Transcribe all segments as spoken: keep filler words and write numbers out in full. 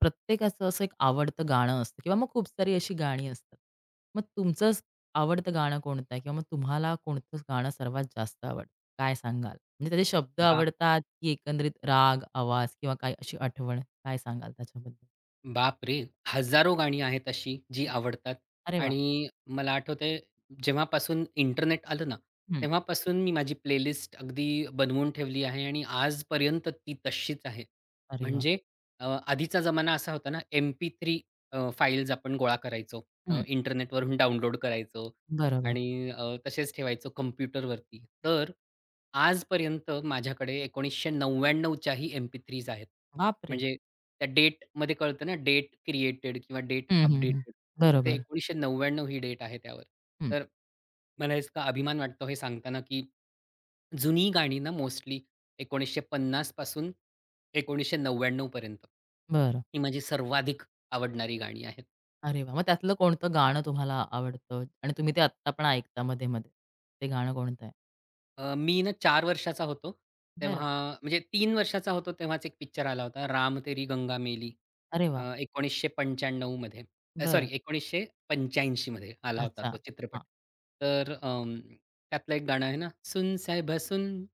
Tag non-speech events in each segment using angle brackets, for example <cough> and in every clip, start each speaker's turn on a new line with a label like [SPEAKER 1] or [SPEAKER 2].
[SPEAKER 1] प्रत्येकाचं असं एक आवडतं गाणं असतं किंवा मग खूप सारी अशी गाणी असतात. मग तुमचं स आवडतं गाणं कोणतं आहे? किंवा मग तुम्हाला कोणतं गाणं सर्वात जास्त आवडतं? काय सांगाल? म्हणजे त्याचे शब्द
[SPEAKER 2] बा
[SPEAKER 1] आवडतात की एकंदरीत राग, आवाज किंवा काही अशी आठवण? काय सांगाल त्याच्याबद्दल?
[SPEAKER 2] बापरे! हजारो गाणी आहेत अशी जी
[SPEAKER 1] बरं.
[SPEAKER 2] आवडतात
[SPEAKER 1] अरे वाह!
[SPEAKER 2] आणि मला आठवतंय, जेव्हापासून इंटरनेट आलं ना,
[SPEAKER 1] हं.
[SPEAKER 2] तेव्हापासून मी माझी प्लेलिस्ट अगदी बनवून ठेवली आहे आणि आजपर्यंत ती तशीच आहे.
[SPEAKER 1] अरे वाह!
[SPEAKER 2] म्हणजे अ, आधीचा जमाना असा होता ना, M P three uh, files आपण गोळा करायचो. अ,
[SPEAKER 1] हं.
[SPEAKER 2] इंटरनेटवरून डाउनलोड करायचो
[SPEAKER 1] बरोबर.
[SPEAKER 2] आणि अ, तसेच ठेवायचो कॉम्प्युटरवरती. तर आजपर्यंत माझ्याकडे एकोणीसशे नव्याण्णव च्याही एम-पी-थ्री एस आहेत.
[SPEAKER 1] बापरे!
[SPEAKER 2] म्हणजे त्या डेटमध्ये कळतं ना, डेट क्रिएटेड किंवा डेट
[SPEAKER 1] हं, हं, हं.
[SPEAKER 2] अपडेटेड. तर ते
[SPEAKER 1] बरोबर.
[SPEAKER 2] एकोणीसशे नव्याण्णव ही डेट आहे त्यावर.
[SPEAKER 1] हं.
[SPEAKER 2] तर मला इतका अभिमान वाटतो हे सांगताना, की जुनी गाणी ना मोस्टली एकोणीसशे पन्नास पासून एकोणीसशे नव्याण्णव पर्यंत.
[SPEAKER 1] बरं.
[SPEAKER 2] ही माझी सर्वाधिक आवडणारी गाणी आहेत.
[SPEAKER 1] अरे वाह! मग त्यातलं कोणतं गाणं तुम्हाला आवडतं आणि तुम्ही ते आत्ता पण ऐकता मध्ये-मध्ये? ते गाणं कोणतं आहे?
[SPEAKER 2] अ, मी ना चार वर्षाचा होतो,
[SPEAKER 1] बरं.
[SPEAKER 2] तेव्हा म्हणजे तीन वर्षाचा होतो तेव्हाच एक पिक्चर आला होता, राम तेरी गंगा मेली.
[SPEAKER 1] अरे वाह!
[SPEAKER 2] अ, एकोणीसशे पंच्याण्णव मध्ये अ, सॉरी
[SPEAKER 1] बरं.
[SPEAKER 2] एकोणीसशे पंच्याऐंशी मध्ये आला होता
[SPEAKER 1] अच्छा.
[SPEAKER 2] तो चित्रपट.
[SPEAKER 1] हां.
[SPEAKER 2] तर अं, त्यातलं एक गाणं आहे ना, सुन साहिबा सुन,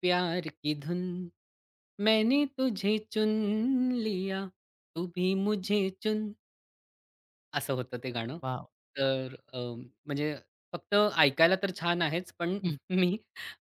[SPEAKER 2] प्यार की धुन, मैंने तुझे चुन लिया, तू भी मुझे चुन. असं होतं ते गाणं.
[SPEAKER 1] वॉव!
[SPEAKER 2] तर अ, म्हणजे फक्त ऐकायला तर छान आहेच, पण
[SPEAKER 1] हं.
[SPEAKER 2] <laughs> मी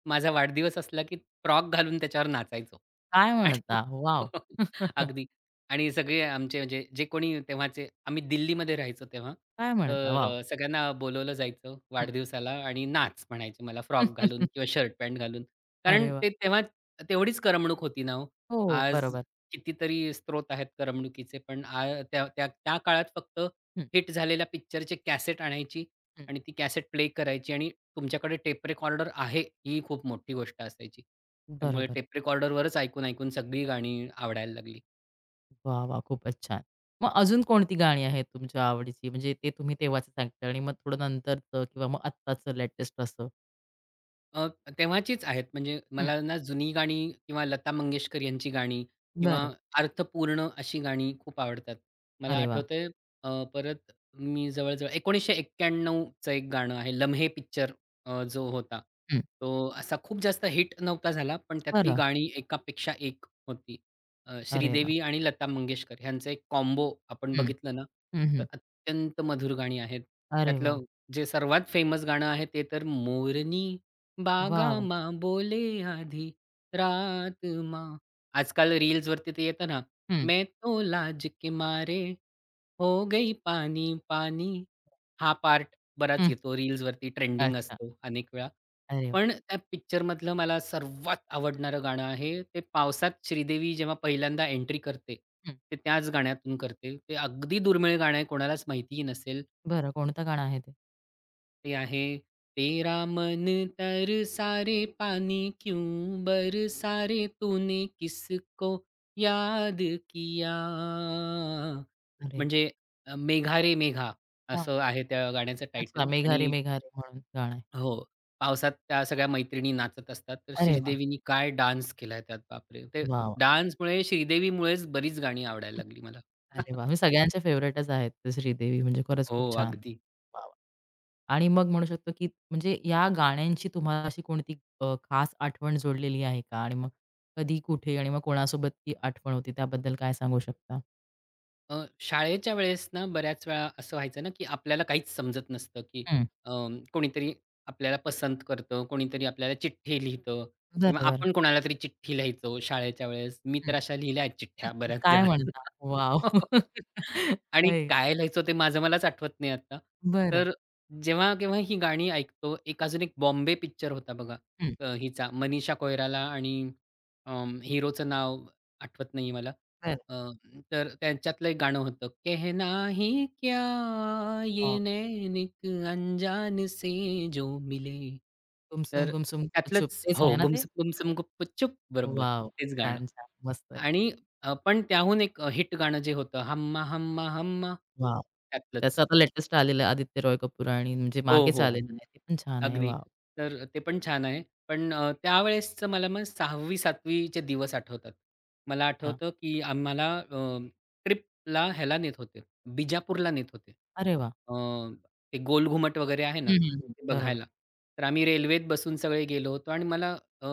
[SPEAKER 2] माझा वाढदिवस असला की फ्रॉक घालून त्याच्यावर नाचायचो.
[SPEAKER 1] काय
[SPEAKER 2] आणि
[SPEAKER 1] म्हणता? वॉव!
[SPEAKER 2] <laughs>
[SPEAKER 1] <laughs>
[SPEAKER 2] अगदी. आणि सगळे आमचे, म्हणजे जे कोणी तेव्हाचे, आम्ही दिल्लीमध्ये राहायचो तेव्हा.
[SPEAKER 1] काय म्हणता?
[SPEAKER 2] तर
[SPEAKER 1] वॉव!
[SPEAKER 2] अ, सगळ्यांना बोलवलं जायचं
[SPEAKER 1] हं.
[SPEAKER 2] वाढदिवसाला आणि नाच म्हणायचे मला, फ्रॉक घालून
[SPEAKER 1] <laughs>
[SPEAKER 2] किंवा शर्ट पॅन्ट घालून. कारण
[SPEAKER 1] अरे वा,
[SPEAKER 2] ते तेव्हा तेवढीच करमणूक होती ना हो.
[SPEAKER 1] हो,
[SPEAKER 2] आज
[SPEAKER 1] बरोबर.
[SPEAKER 2] कितीतरी स्त्रोत आहेत करमणुकीचे, पण आ त्या त्या त्या काळात फक्त
[SPEAKER 1] हं,
[SPEAKER 2] हिट झालेल्या पिक्चरची कॅसेट आणायची
[SPEAKER 1] हं.
[SPEAKER 2] आणि ती कॅसेट प्ले करायची आणि तुमच्याकडे टेप रेकॉर्डर आहे, ही खूप मोठी गोष्ट असायची. त्यामुळे
[SPEAKER 1] बरोबर.
[SPEAKER 2] टेप रेकॉर्डरवरच ऐकून-ऐकून सगळी गाणी आवडायला लागली.
[SPEAKER 1] वाह! वाह! खूपच छान. मग अजून कोणती गाणी आहेत तुमच्या आवडीची? म्हणजे ते तुम्ही तेव्हाचं सांगितलं आणि मग थोडं नंतरचं किंवा मग आत्ताचं लेटेस्ट असं?
[SPEAKER 2] अ, तेव्हाचीच आहेत. म्हणजे
[SPEAKER 1] हं.
[SPEAKER 2] मला ना जुनी गाणी किंवा लता मंगेशकर यांची गाणी किंवा
[SPEAKER 1] बरं.
[SPEAKER 2] अर्थपूर्ण अशी गाणी खूप आवडतात. मला
[SPEAKER 1] अरे वाह!
[SPEAKER 2] आठवतंय, अ, परत मी जवळ-जवळ एकोणीसशे एक्याण्णव चं एक गाणं आहे. लम्हे पिक्चर अ, जो होता.
[SPEAKER 1] हं.
[SPEAKER 2] तो असा खूप जास्त हिट नव्हता झाला, पण त्यातली
[SPEAKER 1] बरं.
[SPEAKER 2] गाणी एकापेक्षा एक होती. अ,
[SPEAKER 1] अरे वाह!
[SPEAKER 2] श्रीदेवी आणि लता मंगेशकर ह्यांचं एक कॉम्बो आपण
[SPEAKER 1] हं.
[SPEAKER 2] बघितलं ना,
[SPEAKER 1] हं,
[SPEAKER 2] तर
[SPEAKER 1] हं.
[SPEAKER 2] अत्यंत मधुर गाणी आहेत.
[SPEAKER 1] अरे वाह!
[SPEAKER 2] त्यातलं जे सर्वात फेमस गाणं आहे ते तर मोरनी
[SPEAKER 1] वाह! वाह!
[SPEAKER 2] बागामा बोले आधी रात मा, आजकाल रील्स वरती ते येतं ना,
[SPEAKER 1] हं,
[SPEAKER 2] मैं तो लाज के मारे हो गई पानी पानी. हा पार्ट बराच
[SPEAKER 1] हं.
[SPEAKER 2] येतो रील्स वरती, ट्रेंडिंग
[SPEAKER 1] अच्छा.
[SPEAKER 2] असतो अनेक वेळा.
[SPEAKER 1] अरे वाह!
[SPEAKER 2] पण त्या पिक्चर मधलं मला सर्वात आवडणारं गाणं आहे ते, पावसात श्रीदेवी जेव्हा पहिल्यांदा एंट्री करते
[SPEAKER 1] हं.
[SPEAKER 2] ते त्याच गाण्यातून करते. ते अगदी दुर्मिळ गाणं आहे, कोणालाच माहितीही नसेल.
[SPEAKER 1] बरं. कोणतं गाणं आहे ते?
[SPEAKER 2] ते आहे तेरा मन तरसा रे पानी क्यों बरसा रे तूने किसको याद किया.
[SPEAKER 1] अरे
[SPEAKER 2] म्हणजे अ, मेघा रे मेघा
[SPEAKER 1] वाह!
[SPEAKER 2] असं आहे त्या गाण्याचं
[SPEAKER 1] अच्छा.
[SPEAKER 2] टायटल.
[SPEAKER 1] मेघा रे
[SPEAKER 2] आणि
[SPEAKER 1] म्हणून गाणं आहे.
[SPEAKER 2] हो, पावसात त्या सगळ्या मैत्रिणी नाचत असतात, तर
[SPEAKER 1] अरे वाह!
[SPEAKER 2] श्रीदेवीनी काय डान्स केलाय त्यात, बापरे! ते
[SPEAKER 1] वाह, वाह!
[SPEAKER 2] डान्समुळे, श्रीदेवीमुळेच बरीच गाणी आवडायला लागली मला.
[SPEAKER 1] अरे
[SPEAKER 2] <laughs>
[SPEAKER 1] वाह! म्हणजे सगळ्यांचे फेव्हराइटच आहेत ते श्रीदेवी म्हणजे खरंच
[SPEAKER 2] हो
[SPEAKER 1] खूप छान.
[SPEAKER 2] अगदी.
[SPEAKER 1] वाह, वाह! आणि मग म्हणू शकतो, की म्हणजे या गाण्यांची तुम्हाला अशी कोणती अ, खास आठवण जोडलेली आहे का? आणि मग कधी, कुठे आणि मग कोणासोबत ती आठवण होती त्याबद्दल काय सांगू शकता?
[SPEAKER 2] अ, शाळेच्या वेळेस ना बऱ्याच वेळा असं व्हायचं ना, की आपल्याला काहीच समजत नसतं, की
[SPEAKER 1] हं,
[SPEAKER 2] अ, कोणीतरी आपल्याला पसंत करतं, कोणीतरी आपल्याला चिठ्ठी लिहितं किंवा
[SPEAKER 1] बरोबर.
[SPEAKER 2] आपण कोणाला तरी चिठ्ठी लिहायचो शाळेच्या वेळेस. मी
[SPEAKER 1] हं,
[SPEAKER 2] तर अशा लिहिल्या आहेत चिठ्ठ्या
[SPEAKER 1] हं.
[SPEAKER 2] बऱ्याच
[SPEAKER 1] काय
[SPEAKER 2] जणांना.
[SPEAKER 1] म्हणता? वॉव!
[SPEAKER 2] <laughs>
[SPEAKER 1] <laughs>
[SPEAKER 2] आणि
[SPEAKER 1] होय.
[SPEAKER 2] काय लिहायचो ते माझं मलाच आठवत नाही आता.
[SPEAKER 1] बरं.
[SPEAKER 2] तर जेव्हा केव्हा ही गाणी ऐकतो, एक अजून एक बॉम्बे पिक्चर होता बघा,
[SPEAKER 1] हं,
[SPEAKER 2] अ, हिचा मनीषा कोईराला आणि अं, हिरोचं नाव आठवत नाही मला.
[SPEAKER 1] बरं.
[SPEAKER 2] तर त्यांच्यातलं एक गाणं होतं, कहना ही क्या ये
[SPEAKER 1] वॉव!
[SPEAKER 2] नैनिक अंजान से जो मिले.
[SPEAKER 1] "गुमसुम
[SPEAKER 2] तर
[SPEAKER 1] गुमसुम गुपचुप"
[SPEAKER 2] त्यातलंच
[SPEAKER 1] तेच आहे
[SPEAKER 2] हो,
[SPEAKER 1] ना ते?
[SPEAKER 2] "गुमसुम गुमसुम गुप्प चुप", बरोबर
[SPEAKER 1] वॉव!
[SPEAKER 2] तेच गाणं.
[SPEAKER 1] छान, छान. मस्त आहे.
[SPEAKER 2] आणि अ, पण त्याहून एक हिट गाणं जे होतं, "हम्मा हम्मा हम्मा",
[SPEAKER 1] वॉव!
[SPEAKER 2] त्यातलंच.
[SPEAKER 1] त्याचं आता लेटेस्ट आलेलं आहे आदित्य रॉय कपूर आणि म्हणजे
[SPEAKER 2] हो,
[SPEAKER 1] मागेच
[SPEAKER 2] हो, हो.
[SPEAKER 1] आलेलं हं. आहे. ते पण छान आहे.
[SPEAKER 2] अगदी.
[SPEAKER 1] वाह!
[SPEAKER 2] तर ते पण छान आहे. पण अ, त्यावेळेसचं मला मग सहावी सातवी चे दिवस आठवतात. मला
[SPEAKER 1] अच्छा.
[SPEAKER 2] आठवतं, की आम्हाला अ, ट्रिपला ह्याला नेत होते, बिजापूरला नेत होते.
[SPEAKER 1] अरे वाह!
[SPEAKER 2] अ, ते गोल घुमट वगैरे आहे ना,
[SPEAKER 1] हं, हं, हं.
[SPEAKER 2] ते
[SPEAKER 1] बरोबर.
[SPEAKER 2] बघायला. तर आम्ही रेल्वेत बसून सगळे गेलो होतो आणि मला अ,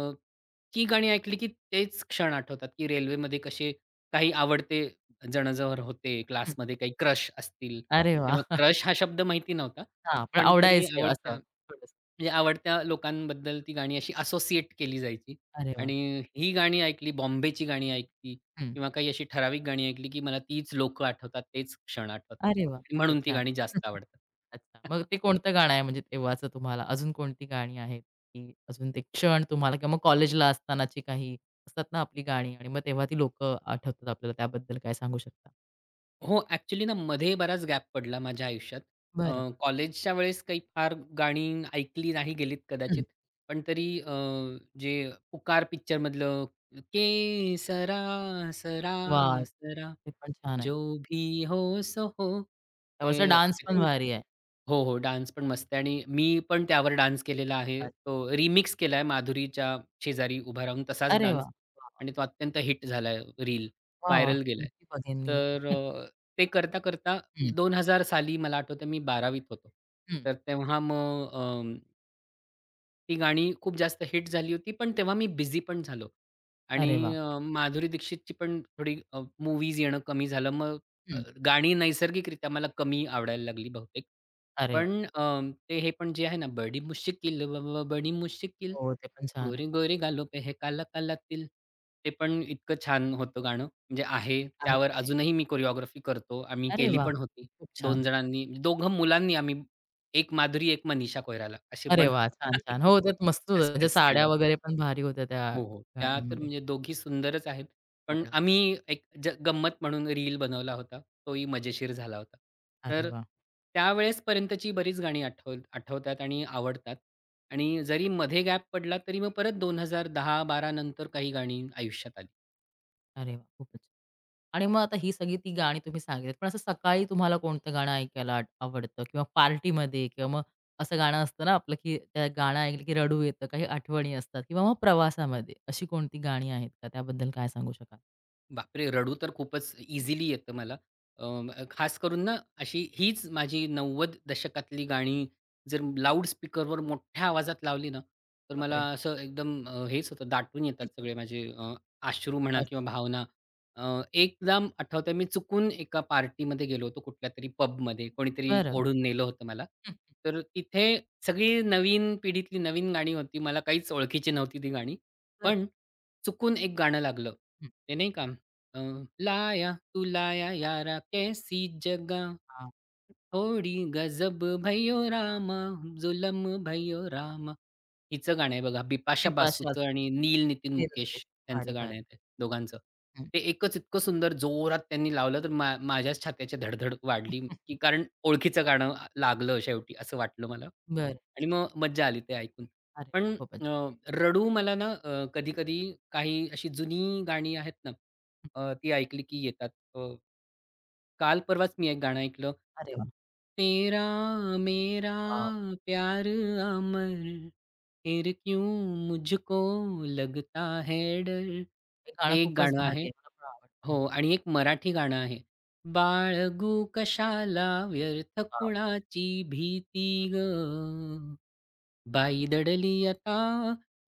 [SPEAKER 2] ही गाणी ऐकली, की तेच क्षण आठवतात, की रेल्वेमध्ये कसे काही आवडते जण जर होते
[SPEAKER 1] हं.
[SPEAKER 2] क्लासमध्ये, काही क्रश असतील.
[SPEAKER 1] अरे वाह!
[SPEAKER 2] तेव्हा
[SPEAKER 1] <laughs>
[SPEAKER 2] क्रश हा शब्द माहिती नव्हता.
[SPEAKER 1] हां, पण
[SPEAKER 2] पण तरी
[SPEAKER 1] आवडायचे
[SPEAKER 2] आवडत्या,
[SPEAKER 1] असं थोडंसं.
[SPEAKER 2] म्हणजे आवडत्या लोकांबद्दल ती गाणी अशी असोसिएट केली जायची.
[SPEAKER 1] अरे वाह!
[SPEAKER 2] आणि ही गाणी ऐकली, बॉम्बेची गाणी ऐकली
[SPEAKER 1] हं.
[SPEAKER 2] किंवा काही अशी ठराविक गाणी ऐकली, की मला तीच लोक आठवतात, तेच क्षण आठवतात.
[SPEAKER 1] अरे वाह! खूपच
[SPEAKER 2] म्हणून ती
[SPEAKER 1] छान.
[SPEAKER 2] गाणी जास्त
[SPEAKER 1] <laughs>
[SPEAKER 2] आवडतात.
[SPEAKER 1] अच्छा. मग
[SPEAKER 2] <laughs>
[SPEAKER 1] ते कोणतं गाणं आहे म्हणजे तेव्हाचं तुम्हाला? अजून कोणती गाणी आहेत, की अजून ते क्षण तुम्हाला किंवा मग कॉलेजला असतानाची काही असतात ना आपली गाणी आणि मग तेव्हा ती लोकं आठवतात आपल्याला त्याबद्दल काय सांगू शकता?
[SPEAKER 2] हो, ॲक्चुअली ना मध्ये बराच गॅप पडला माझ्या आयुष्यात. अ,
[SPEAKER 1] बरं.
[SPEAKER 2] कॉलेजच्या वेळेस काही फार गाणी ऐकली नाही गेलीत
[SPEAKER 1] हं.
[SPEAKER 2] कदाचित. पण तरी अ, जे पुकार पिक्चरमधलं, केसरा सरा
[SPEAKER 1] वाह!
[SPEAKER 2] सरा सरा
[SPEAKER 1] ते पण छान आहे.
[SPEAKER 2] जो भी हो सो हो.
[SPEAKER 1] त्यावरचा
[SPEAKER 2] ते
[SPEAKER 1] डान्स
[SPEAKER 2] आय
[SPEAKER 1] पण
[SPEAKER 2] थिंक,
[SPEAKER 1] भारी आहे.
[SPEAKER 2] हो, हो. डान्स पण मस्त आहे आणि मी पण त्यावर डान्स केलेला आहे.
[SPEAKER 1] अ
[SPEAKER 2] तो रिमिक्स केलाय माधुरीच्या शेजारी उभा राहून, तसाच
[SPEAKER 1] अरे वाह!
[SPEAKER 2] डान्स. आणि तो अत्यंत हिट झालाय रील.
[SPEAKER 1] वाह! वाह!
[SPEAKER 2] व्हायरल गेलाय.
[SPEAKER 1] नक्की बघेन मी मग.
[SPEAKER 2] तर अ, ते करता-करता
[SPEAKER 1] हं,
[SPEAKER 2] हजार साली मला आठवतंय मी बारावीत होतो.
[SPEAKER 1] हं.
[SPEAKER 2] तर तेव्हा मग ती गाणी खूप जास्त हिट झाली होती, पण तेव्हा मी बिझी पण झालो आणि
[SPEAKER 1] अरे वाह!
[SPEAKER 2] अ, माधुरी दीक्षितची पण थोडी अ, मूव्हीज येणं कमी झालं. मग अ,
[SPEAKER 1] हं.
[SPEAKER 2] गाणी नैसर्गिकरित्या मला कमी आवडायला लागली बहुतेक.
[SPEAKER 1] अरे वाह!
[SPEAKER 2] पण अ, ते हे पण जे आहे ना, बडी मुश्किल ब ब बडी मुश्किल,
[SPEAKER 1] हो, ते पण छान आहे.
[SPEAKER 2] गोरी गोरी गालो पे हे काला काला तिल. ते पण इतकं छान होतं गाणं. म्हणजे आहे,
[SPEAKER 1] आहे,
[SPEAKER 2] त्यावर
[SPEAKER 1] आहे.
[SPEAKER 2] अजूनही मी कोरिओग्राफी करतो. आम्ही
[SPEAKER 1] अरे
[SPEAKER 2] केली
[SPEAKER 1] वाह!
[SPEAKER 2] पण होती.
[SPEAKER 1] खूप छान.
[SPEAKER 2] दोन जणांनी, म्हणजे दोघं मुलांनी आम्ही, एक माधुरी, एक मनीषा कोइराला असे
[SPEAKER 1] अरे
[SPEAKER 2] बनवून
[SPEAKER 1] वाह! छान, छान.
[SPEAKER 2] <laughs>
[SPEAKER 1] हो, त्यात मस्त
[SPEAKER 2] त्या
[SPEAKER 1] होतं. म्हणजे
[SPEAKER 2] स्टेप्स
[SPEAKER 1] साड्या
[SPEAKER 2] केल्या.
[SPEAKER 1] वगैरे पण भारी होत्या त्या
[SPEAKER 2] हो, हो. त्या तर
[SPEAKER 1] गाण्यामध्ये.
[SPEAKER 2] म्हणजे दोघी सुंदरच आहेत. पण
[SPEAKER 1] बरोबर.
[SPEAKER 2] आम्ही एक ज गंमत म्हणून रील बनवला होता. तोही मजेशीर झाला होता.
[SPEAKER 1] अरे
[SPEAKER 2] तर
[SPEAKER 1] वाह!
[SPEAKER 2] त्यावेळेसपर्यंतची बरीच गाणी आठव आठवतात आणि आवडतात. आणि जरी मध्ये गॅप पडला, तरी मग परत दोन हजार दहा बारा नंतर काही गाणी आयुष्यात आली.
[SPEAKER 1] अरे वाह! खूपच आणि मग आता ही सगळी ती गाणी तुम्ही सांगितलीत. पण असं सकाळी तुम्हाला कोणतं गाणं ऐकायला आट आवडतं किंवा पार्टीमध्ये किंवा मग असं गाणं असतं ना आपलं, की त्या गाणं ऐकलं की रडू येतं, काही आठवणी असतात किंवा मग प्रवासामध्ये. अशी कोणती गाणी आहेत का? त्याबद्दल काय सांगू शकाल?
[SPEAKER 2] बापरे! रडू तर खूपच इझिली येतं मला. अं, खास करून ना अशी हीच माझी नव्वद दशकातली गाणी जर लाउड स्पीकरवर मोठ्या आवाजात लावली ना, तर मला
[SPEAKER 1] बापरे!
[SPEAKER 2] असं एकदम अ, हेच होतं, दाटून येतात सगळे माझे अ, अश्रू म्हणा किंवा भावना. अ, एकदम आठवतंय, मी चुकून एका पार्टीमध्ये गेलो होतो कुठल्यातरी पबमध्ये. कोणीतरी
[SPEAKER 1] बरं.
[SPEAKER 2] ओढून नेलं होतं मला.
[SPEAKER 1] हं,
[SPEAKER 2] तर तिथे सगळी नवीन पिढीतली नवीन गाणी होती. मला काहीच ओळखीची नव्हती ती गाणी.
[SPEAKER 1] बरं.
[SPEAKER 2] पण चुकून एक गाणं लागलं.
[SPEAKER 1] हं.
[SPEAKER 2] ते नाही का, अ, लाया तू लाया यारा कैसी जगह,
[SPEAKER 1] हां.
[SPEAKER 2] थोडी गजब भैयो रामा, जुलम भैयो रामा. हिचं गाणं आहे बघा, बिपाशा
[SPEAKER 1] बिपाशा
[SPEAKER 2] बासूचं आणि नील नितीन
[SPEAKER 1] बेर्डेच.
[SPEAKER 2] मुकेश
[SPEAKER 1] भारी,
[SPEAKER 2] यांचं गाणं
[SPEAKER 1] भारी.
[SPEAKER 2] आहे ते दोघांचं.
[SPEAKER 1] हं.
[SPEAKER 2] ते एकच इतकं सुंदर जोरात त्यांनी लावलं, तर मा माझ्याच छात्याची धडधड वाढली, की कारण ओळखीचं गाणं लागलं शेवटी, असं वाटलं मला.
[SPEAKER 1] बरं.
[SPEAKER 2] आणि मग मज्जा आली ते ऐकून.
[SPEAKER 1] अरे
[SPEAKER 2] पण
[SPEAKER 1] खूपच.
[SPEAKER 2] अ, रडू मला ना कधी-कधी काही अशी जुनी गाणी आहेत ना,
[SPEAKER 1] हं.
[SPEAKER 2] अ, ती ऐकली की येतात. अ, काल परवाच मी एक गाणं ऐकलं,
[SPEAKER 1] अरे वाह!
[SPEAKER 2] तेरा मेरा
[SPEAKER 1] वॉव!
[SPEAKER 2] प्यार अमर फिर क्यों मुझको लगता है डर.
[SPEAKER 1] हे गाणं
[SPEAKER 2] ते एक
[SPEAKER 1] खूपच
[SPEAKER 2] गाणं
[SPEAKER 1] भारी
[SPEAKER 2] आहे.
[SPEAKER 1] आहे. मला पण आवडतं
[SPEAKER 2] हो,
[SPEAKER 1] हे.
[SPEAKER 2] आणि एक मराठी गाणं आहे. बाळगू कशाला व्यर्थ
[SPEAKER 1] वॉव!
[SPEAKER 2] कुणाची भीती गं, बाई दडली आता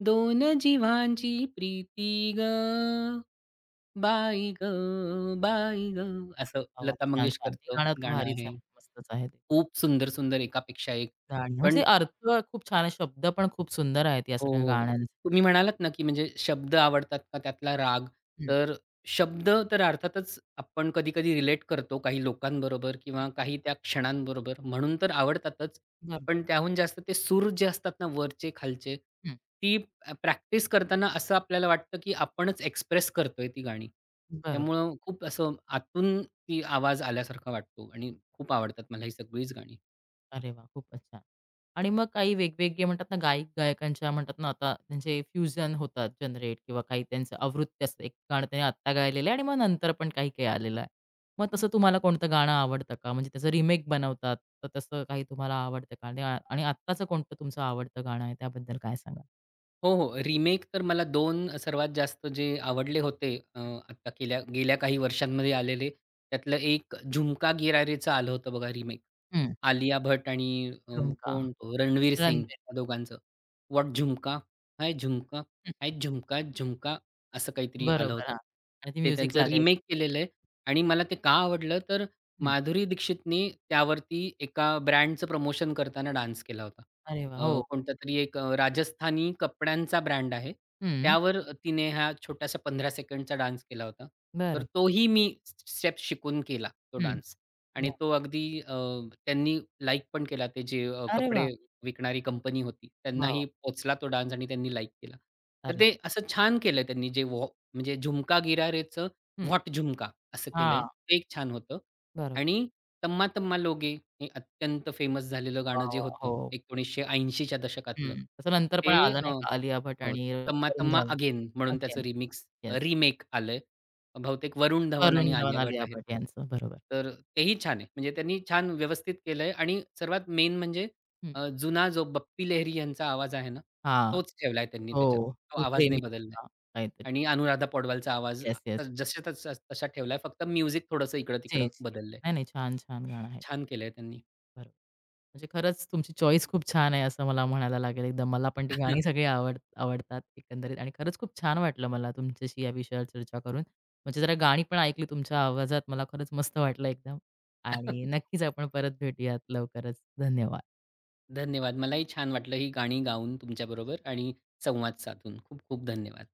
[SPEAKER 2] दोन जीवांची प्रीती गं, बाई गं, बाई गं, असं
[SPEAKER 1] वाह, वाह!
[SPEAKER 2] लता
[SPEAKER 1] छान, छान. हे
[SPEAKER 2] मंगेशकरचं
[SPEAKER 1] गाणं तर
[SPEAKER 2] गाणं
[SPEAKER 1] भारीच
[SPEAKER 2] आहे.
[SPEAKER 1] आहे. मस्तच आहे ते.
[SPEAKER 2] खूप सुंदर-सुंदर, एकापेक्षा एक.
[SPEAKER 1] गाणी म्हणजे
[SPEAKER 2] पण
[SPEAKER 1] अर्थ खूप छान आहे. शब्द पण खूप सुंदर आहेत या
[SPEAKER 2] हो,
[SPEAKER 1] सगळ्या
[SPEAKER 2] हो.
[SPEAKER 1] गाण्यांचे.
[SPEAKER 2] तुम्ही म्हणालात ना, की म्हणजे शब्द आवडतात का त्यातला राग.
[SPEAKER 1] हं,
[SPEAKER 2] तर शब्द तर अर्थातच आपण कधी-कधी रिलेट करतो काही लोकांबरोबर
[SPEAKER 1] हं.
[SPEAKER 2] किंवा काही त्या क्षणांबरोबर, म्हणून तर आवडतातच.
[SPEAKER 1] बरं.
[SPEAKER 2] पण त्याहून जास्त ते सूर जे असतात ना, वरचे, खालचे,
[SPEAKER 1] हं.
[SPEAKER 2] ती प्रॅक्टिस करताना असं आपल्याला वाटतं, की आपणच एक्सप्रेस करतोय ती गाणी.
[SPEAKER 1] बरोबर.
[SPEAKER 2] त्यामुळं खूप असं आतून ती आवाज आल्यासारखा वाटतो आणि खूप आवडतात मला ही सगळीच गाणी.
[SPEAKER 1] अरे वा, खूपच छान. आणि मग काही वेगवेगळे म्हणतात ना, गायक-गायकांच्या म्हणतात ना, आता त्यांचे फ्युजन होतात जनरेट किंवा काही त्यांचं आवृत्ती असते. एक गाणं त्यांनी आत्ता गायलेलं आहे आणि मग नंतर पण काही-काही आलेलं आहे. मग तसं तुम्हाला कोणतं गाणं आवडतं का? म्हणजे त्याचं रिमेक बनवतात, तर तसं काही तुम्हाला आवडतं का? आणि आ आणि आत्ताचं कोणतं तुमचं आवडतं गाणं आहे त्याबद्दल काय सांगाल?
[SPEAKER 2] हो, हो. रिमेक तर मला दोन सर्वात जास्त जे आवडले होते, अ, आता गेल्या गेल्या काही वर्षांमध्ये आलेले, त्यातलं एक झुमका गिरा रेचं आलं होतं बघा रिमेक.
[SPEAKER 1] हं.
[SPEAKER 2] आलिया भट आणि अ,
[SPEAKER 1] झुणका.
[SPEAKER 2] कोण तो रणवीर सिंग,
[SPEAKER 1] रणबीर.
[SPEAKER 2] या दोघांचं. "व्हॉट झुमका? हाय झुमका,
[SPEAKER 1] हं.
[SPEAKER 2] हाय झुमका, झुमका", असं काहीतरी आलं
[SPEAKER 1] बरोबर.
[SPEAKER 2] होतं.
[SPEAKER 1] हां. आणि ती
[SPEAKER 2] ते
[SPEAKER 1] म्युझिक
[SPEAKER 2] त्यांचं
[SPEAKER 1] लागायची.
[SPEAKER 2] रिमेक केलेलं आहे आणि मला ते का आवडलं तर
[SPEAKER 1] हं.
[SPEAKER 2] माधुरी दीक्षितने त्यावरती एका ब्रँडचं प्रमोशन करताना डान्स केला होता.
[SPEAKER 1] अरे वाह! हो.
[SPEAKER 2] अ, कोणतातरी एक अ, राजस्थानी कपड्यांचा ब्रँड आहे.
[SPEAKER 1] हं.
[SPEAKER 2] त्यावर तिने हा छोटासा पंधरा सेकंडचा डान्स केला होता. तर
[SPEAKER 1] बरं.
[SPEAKER 2] तोही मी स्टेप शिकून केला तो
[SPEAKER 1] हं.
[SPEAKER 2] डान्स. आणि
[SPEAKER 1] बरं.
[SPEAKER 2] तो अगदी अ, त्यांनी लाइक पण केला. ते जे अ,
[SPEAKER 1] अरे
[SPEAKER 2] कपडे
[SPEAKER 1] वाह!
[SPEAKER 2] विकणारी कंपनी होती,
[SPEAKER 1] वाह! वाह!
[SPEAKER 2] त्यांनाही पोचला तो डान्स आणि त्यांनी लाइक केला. तर
[SPEAKER 1] अरे.
[SPEAKER 2] ते असं छान केलं त्यांनी, जे व्हॉ म्हणजे झुमका गिरा,
[SPEAKER 1] हं.
[SPEAKER 2] व्हॉट झुमका असं केलंय.
[SPEAKER 1] हां.
[SPEAKER 2] ते एक छान होतं.
[SPEAKER 1] बरोबर.
[SPEAKER 2] आणि तम्मा तम्मा लोगे हे अत्यंत फेमस झालेलं
[SPEAKER 1] वा
[SPEAKER 2] गाणं जे
[SPEAKER 1] वा
[SPEAKER 2] होतं
[SPEAKER 1] हो.
[SPEAKER 2] एकोणीसशे ऐंशी च्या दशकातलं.
[SPEAKER 1] हं. तसं नंतर पण
[SPEAKER 2] ते
[SPEAKER 1] आलं
[SPEAKER 2] अ,
[SPEAKER 1] नाही का आलिया भट
[SPEAKER 2] हो,
[SPEAKER 1] आणि
[SPEAKER 2] तम्मा
[SPEAKER 1] वरुण
[SPEAKER 2] तम्मा
[SPEAKER 1] धवन
[SPEAKER 2] अगेन म्हणून त्याचं
[SPEAKER 1] अगेन.
[SPEAKER 2] Remix,
[SPEAKER 1] yes.
[SPEAKER 2] रिमेक आलंय. बहुतेक वरुण धवन आणि
[SPEAKER 1] वरुण धवन,
[SPEAKER 2] आलिया भट
[SPEAKER 1] आलिया
[SPEAKER 2] आहेत
[SPEAKER 1] भट
[SPEAKER 2] त्यात.
[SPEAKER 1] यांचं बरोबर.
[SPEAKER 2] तर तेही छान आहे. म्हणजे त्यांनी छान व्यवस्थित केलंय आणि सर्वात मेन म्हणजे
[SPEAKER 1] हं.
[SPEAKER 2] अ, जुना जो बप्पी लेहरी यांचा आवाज आहे ना,
[SPEAKER 1] हां.
[SPEAKER 2] तोच ठेवलाय त्यांनी
[SPEAKER 1] हो.
[SPEAKER 2] त्याच्यात. तो
[SPEAKER 1] तू
[SPEAKER 2] आवाज नाही
[SPEAKER 1] प्रेमी
[SPEAKER 2] बदललाय.
[SPEAKER 1] होता काहीतरी.
[SPEAKER 2] आणि अनुराधा पौडवालचा आवाज
[SPEAKER 1] येस, येस.
[SPEAKER 2] जसा तसा तसा ठेवलाय. फक्त म्युझिक थोडंसं इकडं-तिकडं
[SPEAKER 1] चेंज केली.
[SPEAKER 2] बदललंय.
[SPEAKER 1] नाही, नाही. छान, छान गाणं आहे.
[SPEAKER 2] छान केलंय त्यांनी.
[SPEAKER 1] बरोबर. म्हणजे खरंच तुमची चॉईस खूप छान आहे, असं मला म्हणायला लागेल एकदम. मला पण ती गाणी सगळी
[SPEAKER 2] <laughs>
[SPEAKER 1] आवड आवडतात एकंदरीत आणि खरंच खूप छान वाटलं मला तुमच्याशी या विषयावर चर्चा करून. म्हणजे जरा गाणी पण ऐकली तुमच्या आवाजात. मला खरंच मस्त वाटलं एकदम आणि नक्कीच आपण परत भेटूयात लवकरच. धन्यवाद.
[SPEAKER 2] धन्यवाद. मलाही छान वाटलं ही गाणी गाऊन तुमच्याबरोबर आणि संवाद साधून. खूप खूप धन्यवाद.